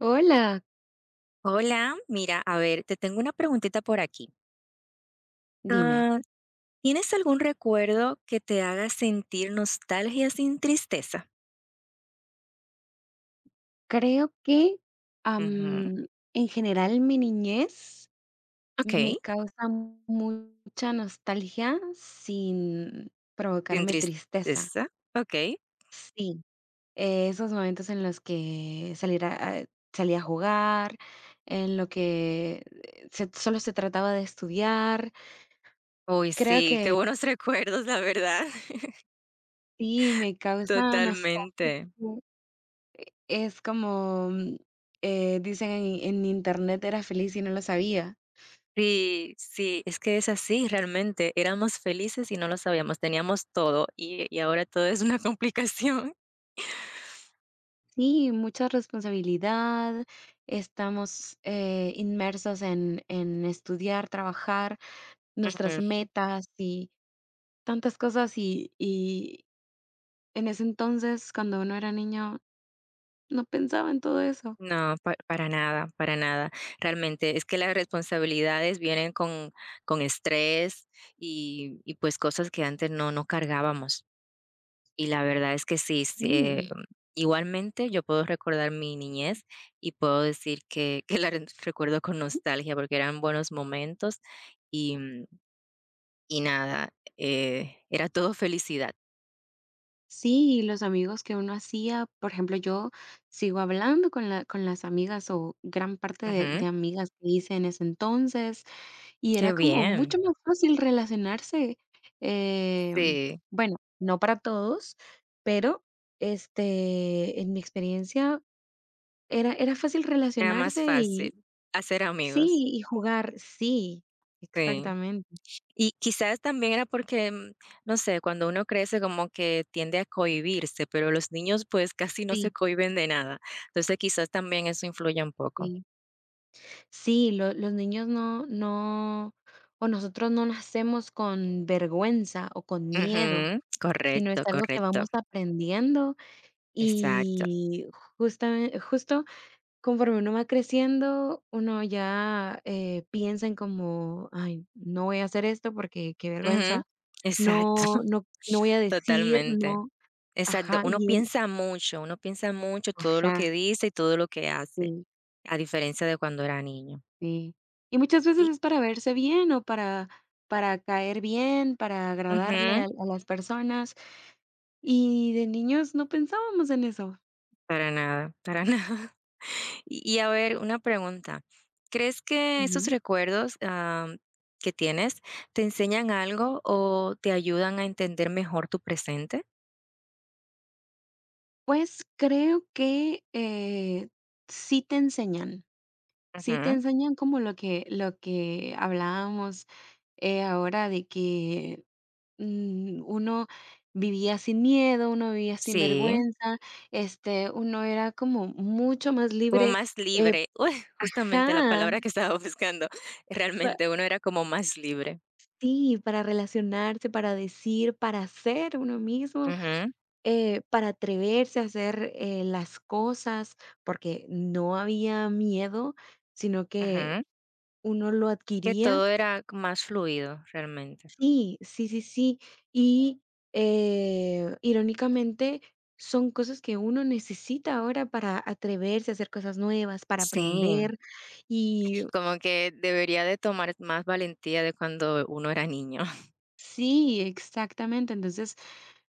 Hola, Hola, mira, a ver, te tengo una preguntita por aquí. dime. Ah, ¿Tienes algún recuerdo que te haga sentir nostalgia sin tristeza? Creo que, Ujú, am, en general mi niñez me okey, causa mucha nostalgia sin sin provocarme tristeza. tristeza, okey. Sí, esos momentos en los que salir a salí a jugar, en lo que se solo se trataba de estudiar. Uy, Creo que sí, qué buenos recuerdos, la verdad. sí, me causa nostalgia. Totalmente. Es como, dicen en internet: "Era feliz y no lo sabía". Sí, sí, es que es así, realmente, éramos felices y no lo sabíamos, teníamos todo, y ahora todo es una complicación. Sí, mucha responsabilidad. Estamos inmersos en estudiar, trabajar, nuestras metas y tantas cosas. Y en ese entonces, cuando uno era niño, no pensaba en todo eso. No, pa para nada, para nada. Realmente es que las responsabilidades vienen con estrés y, pues, cosas que antes no cargábamos. Y la verdad es que sí, sí, Sí. igualmente yo puedo recordar mi niñez y puedo decir que la re recuerdo con Ujú. nostalgia, porque eran buenos momentos y, y nada, era todo felicidad. Sí, los amigos que uno hacía, por ejemplo, yo sigo hablando con con las amigas o gran parte de Ujú. amigas que hice en ese entonces. Y Qué era como bien. mucho más fácil relacionarse, em, Sí, bueno, no para todos, pero, este, en mi experiencia era fácil era más relacionarse y fácil hacer sí, amigos. y jugar, sí, Sí. exactamente, Y quizás también era porque, no sé, cuando uno crece como que tiende a cohibirse, pero los niños pues casi no se sí, cohiben de nada. Entonces quizás también eso influye un poco. sí. Sí, lo los niños o nosotros no nacemos con vergüenza o con miedo, Ujú, sino es correcto, algo que correcto, vamos aprendiendo exacto. y justamente justo conforme uno va creciendo, uno ya, piensa en como: "Ay, no voy a hacer esto porque qué Ujú, vergüenza, exacto, no no no voy a decir, totalmente. no". Exacto, ajá, y en uno piensa mucho todo lo ajá, que dice y todo lo que hace, sí, a diferencia de cuando era niño. sí. Y muchas veces Y es para verse bien o para caer bien, para agradarle ujú. a las personas, y de niños no pensábamos en eso. Para nada, para nada. Y y a ver, una pregunta, ¿crees que esos Ujú. recuerdos, que tienes te enseñan algo o te ayudan a entender mejor tu presente? Pues creo que, sí te enseñan. Sí, te Ujú, enseñan como lo que hablábamos, ahora de que, uno vivía sin miedo, uno vivía sin sí, vergüenza, este, uno era como mucho más como libre, más eh libre. Uy, justamente la ajá, palabra que estaba buscando. pa Realmente uno era como más libre. sí, para relacionarse, para decir, para ser uno mismo, Ujú, para atreverse a hacer, las cosas, porque no había miedo, sino que ujú. uno lo Que adquiría. todo era más fluido, realmente. Sí, sí, sí, sí. Y, irónicamente, son cosas que uno necesita ahora para atreverse a hacer cosas nuevas, para Sí, aprender. Y como que debería de tomar más valentía de cuando uno era niño. sí, exactamente. Entonces,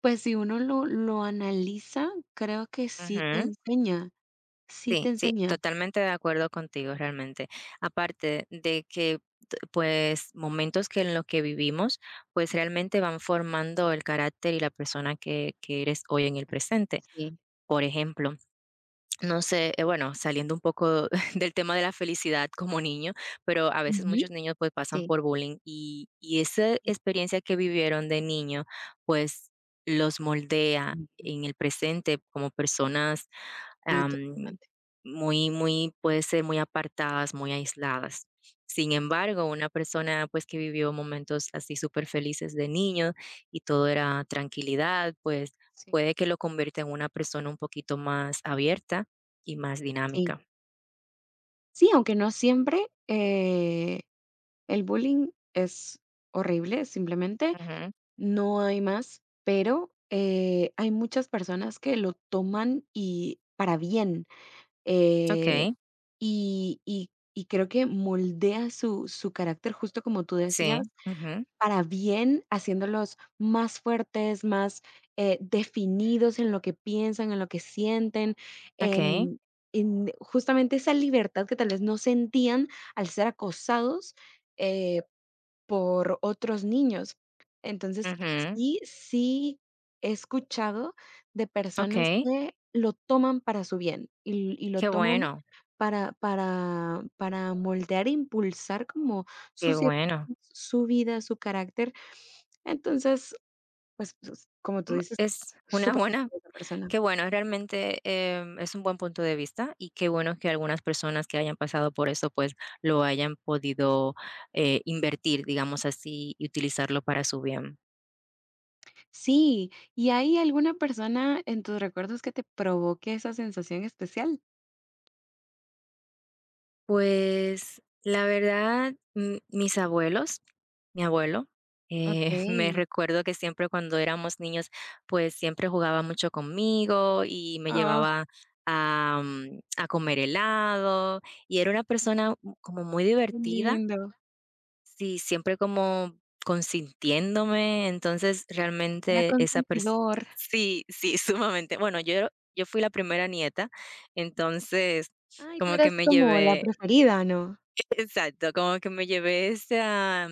pues si uno lo analiza, creo que sí te enseña, sí Sí, te sí, enseña. totalmente de acuerdo contigo realmente. Aparte de que, pues, momentos que en los que vivimos, pues realmente van formando el carácter y la persona que eres hoy en el presente. Por ejemplo, no sé, bueno, saliendo un poco del tema de la felicidad como niño, pero a veces Ujú. muchos niños, pues, pasan Sí, por bullying y esa sí, experiencia que vivieron de niño, pues, los moldea sí, en el presente como personas, sí, am, totalmente. muy puede ser muy apartadas, muy aisladas. Sin embargo, una persona, pues, que vivió momentos así súper felices de niño y todo era tranquilidad, pues, Sí. puede que lo convierta en una persona un poquito más abierta y más Sí, dinámica. sí, aunque no siempre el bullying es horrible, simplemente. Ujú. No hay más, pero, hay muchas personas que lo toman y para bien, eh, Okey, y y y creo que moldea su carácter, justo como tú sí. decías, Ujú. para bien, haciéndolos más fuertes, más, definidos en lo que piensan, en lo que sienten, Okey. en justamente esa libertad que tal vez no sentían al ser acosados, eh por otros niños. Entonces, Ujú. sí, sí he escuchado de personas Okey. que lo toman para su bien y lo Qué toman bueno, para moldear e impulsar como qué sus ideas, bueno. su vida, su carácter. Entonces, pues, s como tú dices, Es una súper buena esa persona. qué bueno, realmente, es un buen punto de vista y qué bueno que algunas personas que hayan pasado por eso, pues, lo hayan podido, invertir, digamos así, y utilizarlo para su bien. Sí, ¿y hay alguna persona en tus recuerdos que te provoque esa sensación especial? Pues, la verdad, mis abuelos, mi abuelo, me Okey. recuerdo que siempre cuando éramos niños, pues, siempre jugaba mucho conmigo y me Ah, llevaba a, a comer helado, y era una persona como muy qué divertida, lindo. sí, siempre como consintiéndome, entonces, Era realmente esa persona, consentidor. sí, sí, sumamente. Bueno, yo fui la primera nieta, entonces, Ay, tú como que eras me como la llevé preferida, ¿no? exacto, como que me llevé esa,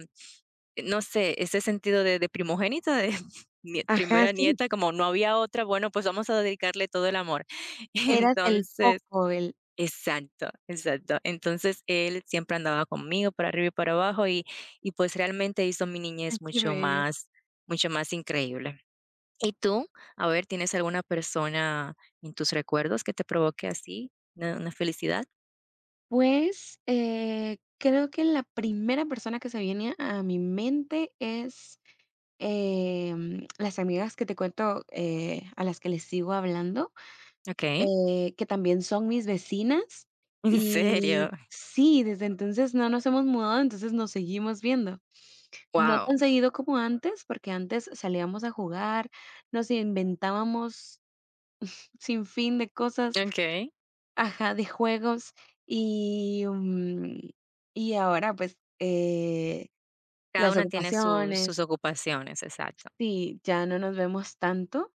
no sé, ese sentido de primogénita, de nie Ajá, primera sí, nieta, como no había otra, bueno, pues vamos a dedicarle todo el amor. eras el Entonces foco, el exacto, exacto. Entonces, él siempre andaba conmigo para arriba y para abajo, y pues realmente hizo mi ay, niñez qué bello. Mucho más increíble. ¿Y tú? A ver, ¿tienes alguna persona en tus recuerdos que te provoque así una felicidad? Pues, creo que la primera persona que se viene a mi mente es, las amigas que te cuento, a las que les sigo hablando, Okey. Que también son mis vecinas. ¿En Y serio? sí, desde entonces no nos hemos mudado, entonces nos seguimos viendo. No Wow. tan seguido como antes, porque antes salíamos a jugar, nos inventábamos sin fin de cosas, Okey. ajá, de juegos y, mm, y ahora pues Cada las una tiene sus ocupaciones, ocupaciones, exacto. sí, ya no nos vemos tanto,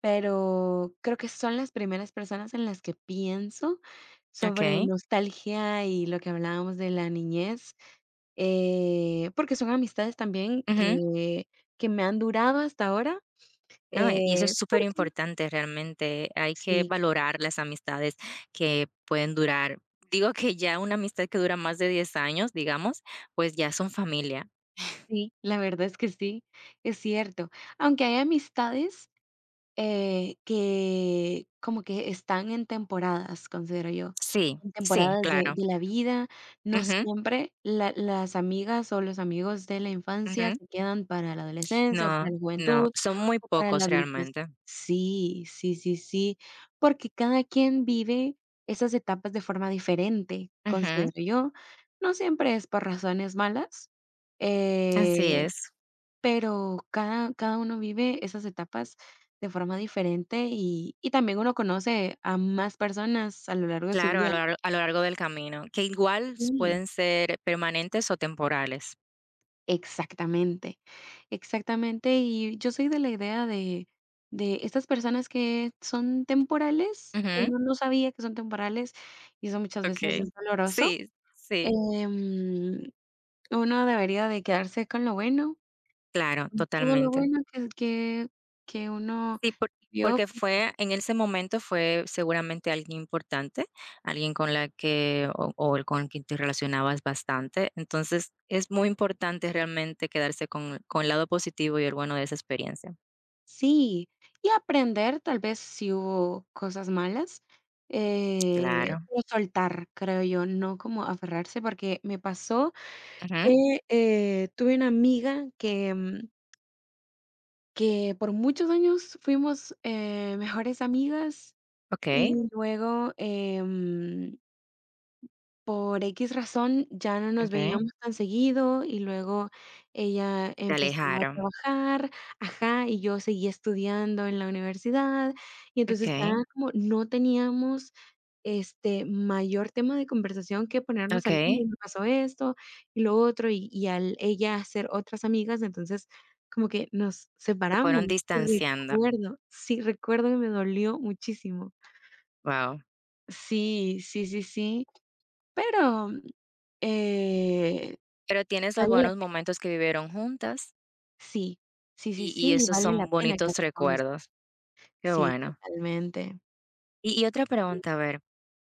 pero creo que son las primeras personas en las que pienso sobre Okey. nostalgia y lo que hablábamos de la niñez, porque son amistades también Ujú. que me han durado hasta ahora. No, e, y eso Eh, es súper porque importante realmente. Hay que sí, valorar las amistades que pueden durar. Digo que ya una amistad que dura más de 10 años, digamos, pues ya son familia. sí, la verdad es que sí, es cierto. Aunque hay amistades, que como que están en temporadas, considero yo. Sí, En Sí. sí, temporadas claro. de la vida. No Ujú, siempre la las amigas o los amigos de la infancia ujú. se quedan para la adolescencia, o No, para la no, juventud, son muy o para la pocos adultez. realmente. Sí, sí, sí, sí, porque cada quien vive esas etapas de forma diferente, Ujú, considero yo. No siempre es por razones malas, así eh es. pero cada uno vive esas etapas de forma diferente y también uno conoce a más personas a lo largo de su Claro, vida, ¿no? A lo largo del camino, que igual s Sí, pueden ser permanentes o temporales. exactamente, exactamente. Y yo soy de la idea de estas personas que son temporales, que Ujú. uno no sabía que son temporales, y eso muchas veces Okey. es doloroso. Sí, sí, Em, uno debería de quedarse con lo bueno, claro, con todo lo totalmente. bueno que uno Sí, vio. porque fue en ese momento fue seguramente alguien importante, alguien con la que o el con quien te relacionabas bastante. Entonces, es muy importante realmente quedarse con el lado positivo y el bueno de esa experiencia. Sí, y aprender tal vez si hubo cosas malas, Claro. pero soltar, creo yo, no como aferrarse, porque me pasó Ujú. que, tuve una amiga que, que por muchos años fuimos, mejores amigas Okey, y luego, por equis razón, ya no nos okey. veíamos tan seguido y luego ella Se empezó a alejaron. trabajar, ajá, y yo seguía estudiando en la universidad, y entonces ya Okey, como no teníamos, este, mayor tema de conversación que ponernos al día, okey. me pasó esto y lo otro, y al ella hacer otras amigas, entonces como que nos Se separamos. fueron Y distanciando. recuerdo, sí, recuerdo que me dolió muchísimo. Wow. Sí, sí, sí, sí, pero eh, Pero tienes los vale la buenos pe- momentos que vivieron juntas sí, sí, sí, sí, y y esos vale la son pena bonitos quedarse con eso. recuerdos. Qué Sí, bueno. totalmente. Y otra pregunta, a ver,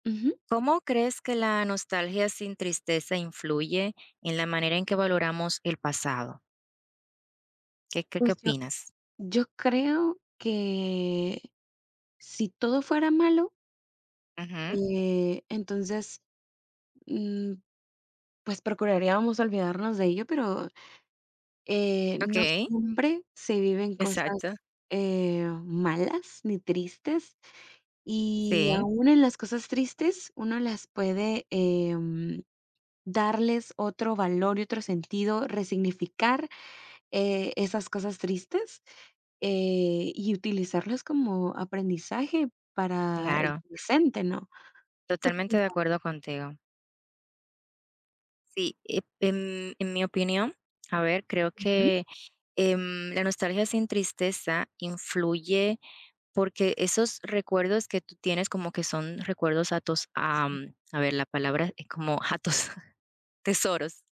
Ujú. ¿cómo crees que la nostalgia sin tristeza influye en la manera en que valoramos el pasado? ¿Qué, qué, qué Pues opinas? yo creo que si todo fuera malo, Ujú, entonces, mm, pues procuraríamos olvidarnos de ello, pero, Ok, no siempre se viven exacto. cosas, malas ni tristes, y Sí, aún en las cosas tristes uno las puede, darles otro valor y otro sentido, resignificar, esas cosas tristes, y utilizarlas como aprendizaje para el claro. presente, ¿no? ¿Tú qué Totalmente de piensas? acuerdo contigo. Sí, en mi opinión, a ver, creo Ujú, que la nostalgia sin tristeza influye porque esos recuerdos que tú tienes como que son recuerdos atos, sí. A ver, la palabra es como atos, tesoros.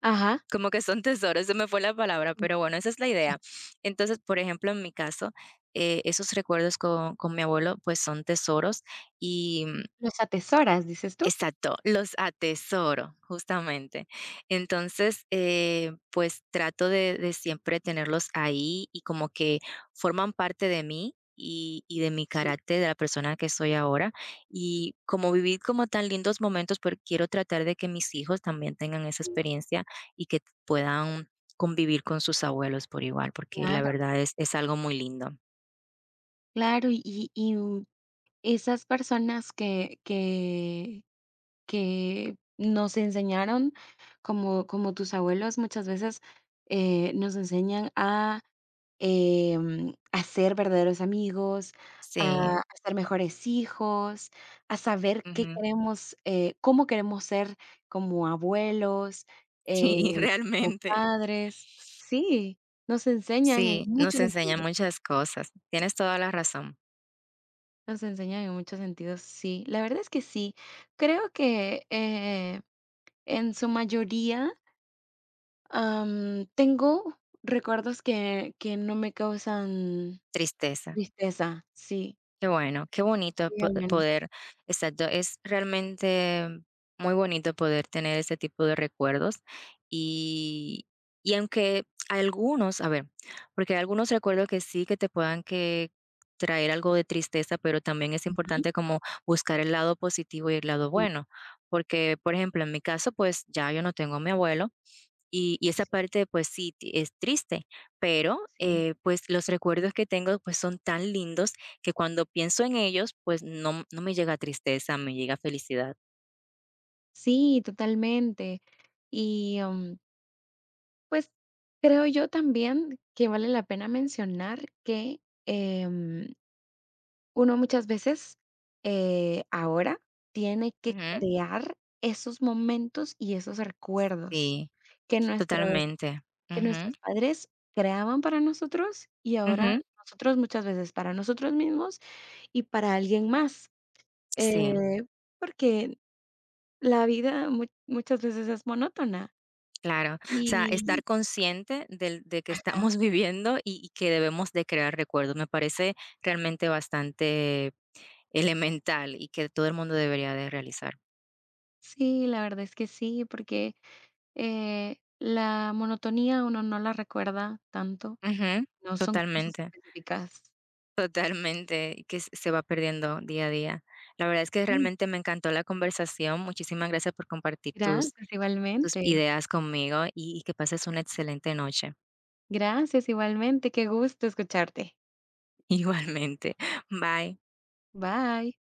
Ajá. Como que son tesoros, se me fue la palabra, Sí. pero bueno, esa es la idea. Entonces, por ejemplo, en mi caso, esos recuerdos con mi abuelo, pues son tesoros y ¿Los atesoras, dices tú? exacto, los atesoro, justamente. Entonces, pues trato de siempre tenerlos ahí y como que forman parte de mí y de mi Sí, carácter, de la persona que soy ahora. Y como viví como tan lindos momentos, pero quiero tratar de que mis hijos también tengan esa sí, experiencia y que puedan convivir con sus abuelos por igual, porque la claro. verdad es algo muy lindo. Claro, y esas personas que nos enseñaron, como tus abuelos, muchas veces, nos enseñan a ser verdaderos amigos, a, Sí, a ser mejores hijos, a saber qué ujú, queremos, cómo queremos ser como abuelos, eh, sí, como realmente. padres. Sí, nos enseñan en Sí, nos muchos enseña sentidos, muchas cosas. Tienes toda la razón. nos enseñan en muchos sentidos, sí. La verdad es que sí. Creo que en su mayoría tengo recuerdos que no me causan Tristeza. tristeza, sí, Qué bueno, qué bonito sí, al menos. poder, exacto, es realmente muy bonito poder tener ese tipo de recuerdos y, y aunque algunos, a ver, porque hay algunos recuerdos que sí que te puedan que traer algo de tristeza, pero también es importante como buscar el lado positivo y el lado Sí, bueno, porque por ejemplo, en mi caso, pues ya yo no tengo a mi abuelo, y esa sí, parte, pues sí, es triste, pero, sí. Pues, los recuerdos que tengo, pues, son tan lindos que cuando pienso en ellos, pues, no me llega tristeza, me llega felicidad. Sí, totalmente. Y, pues, creo yo también que vale la pena mencionar que, em, uno muchas veces, ahora tiene que Ujú, crear esos momentos y esos recuerdos sí, que nuestros totalmente. que Ujú, nuestros padres creaban para nosotros, y ahora ujú, nosotros muchas veces para nosotros mismos y para alguien más, sí, eh, porque la vida mu muchas veces es monótona claro. O sea, y estar consciente del de que ajá, estamos viviendo y que debemos de crear recuerdos, me parece realmente bastante elemental y que todo el mundo debería de realizar. sí, la verdad es que sí, porque, la monotonía uno no la recuerda tanto, Ujú, no son cosas totalmente. específicas. Totalmente, y que s se va perdiendo día a día. La verdad es que Sí, realmente me encantó la conversación. Muchísimas gracias por compartir tus gracias tus igualmente, ideas conmigo y que pases una excelente noche. gracias igualmente, qué gusto escucharte. Igualmente. Bye. Bye.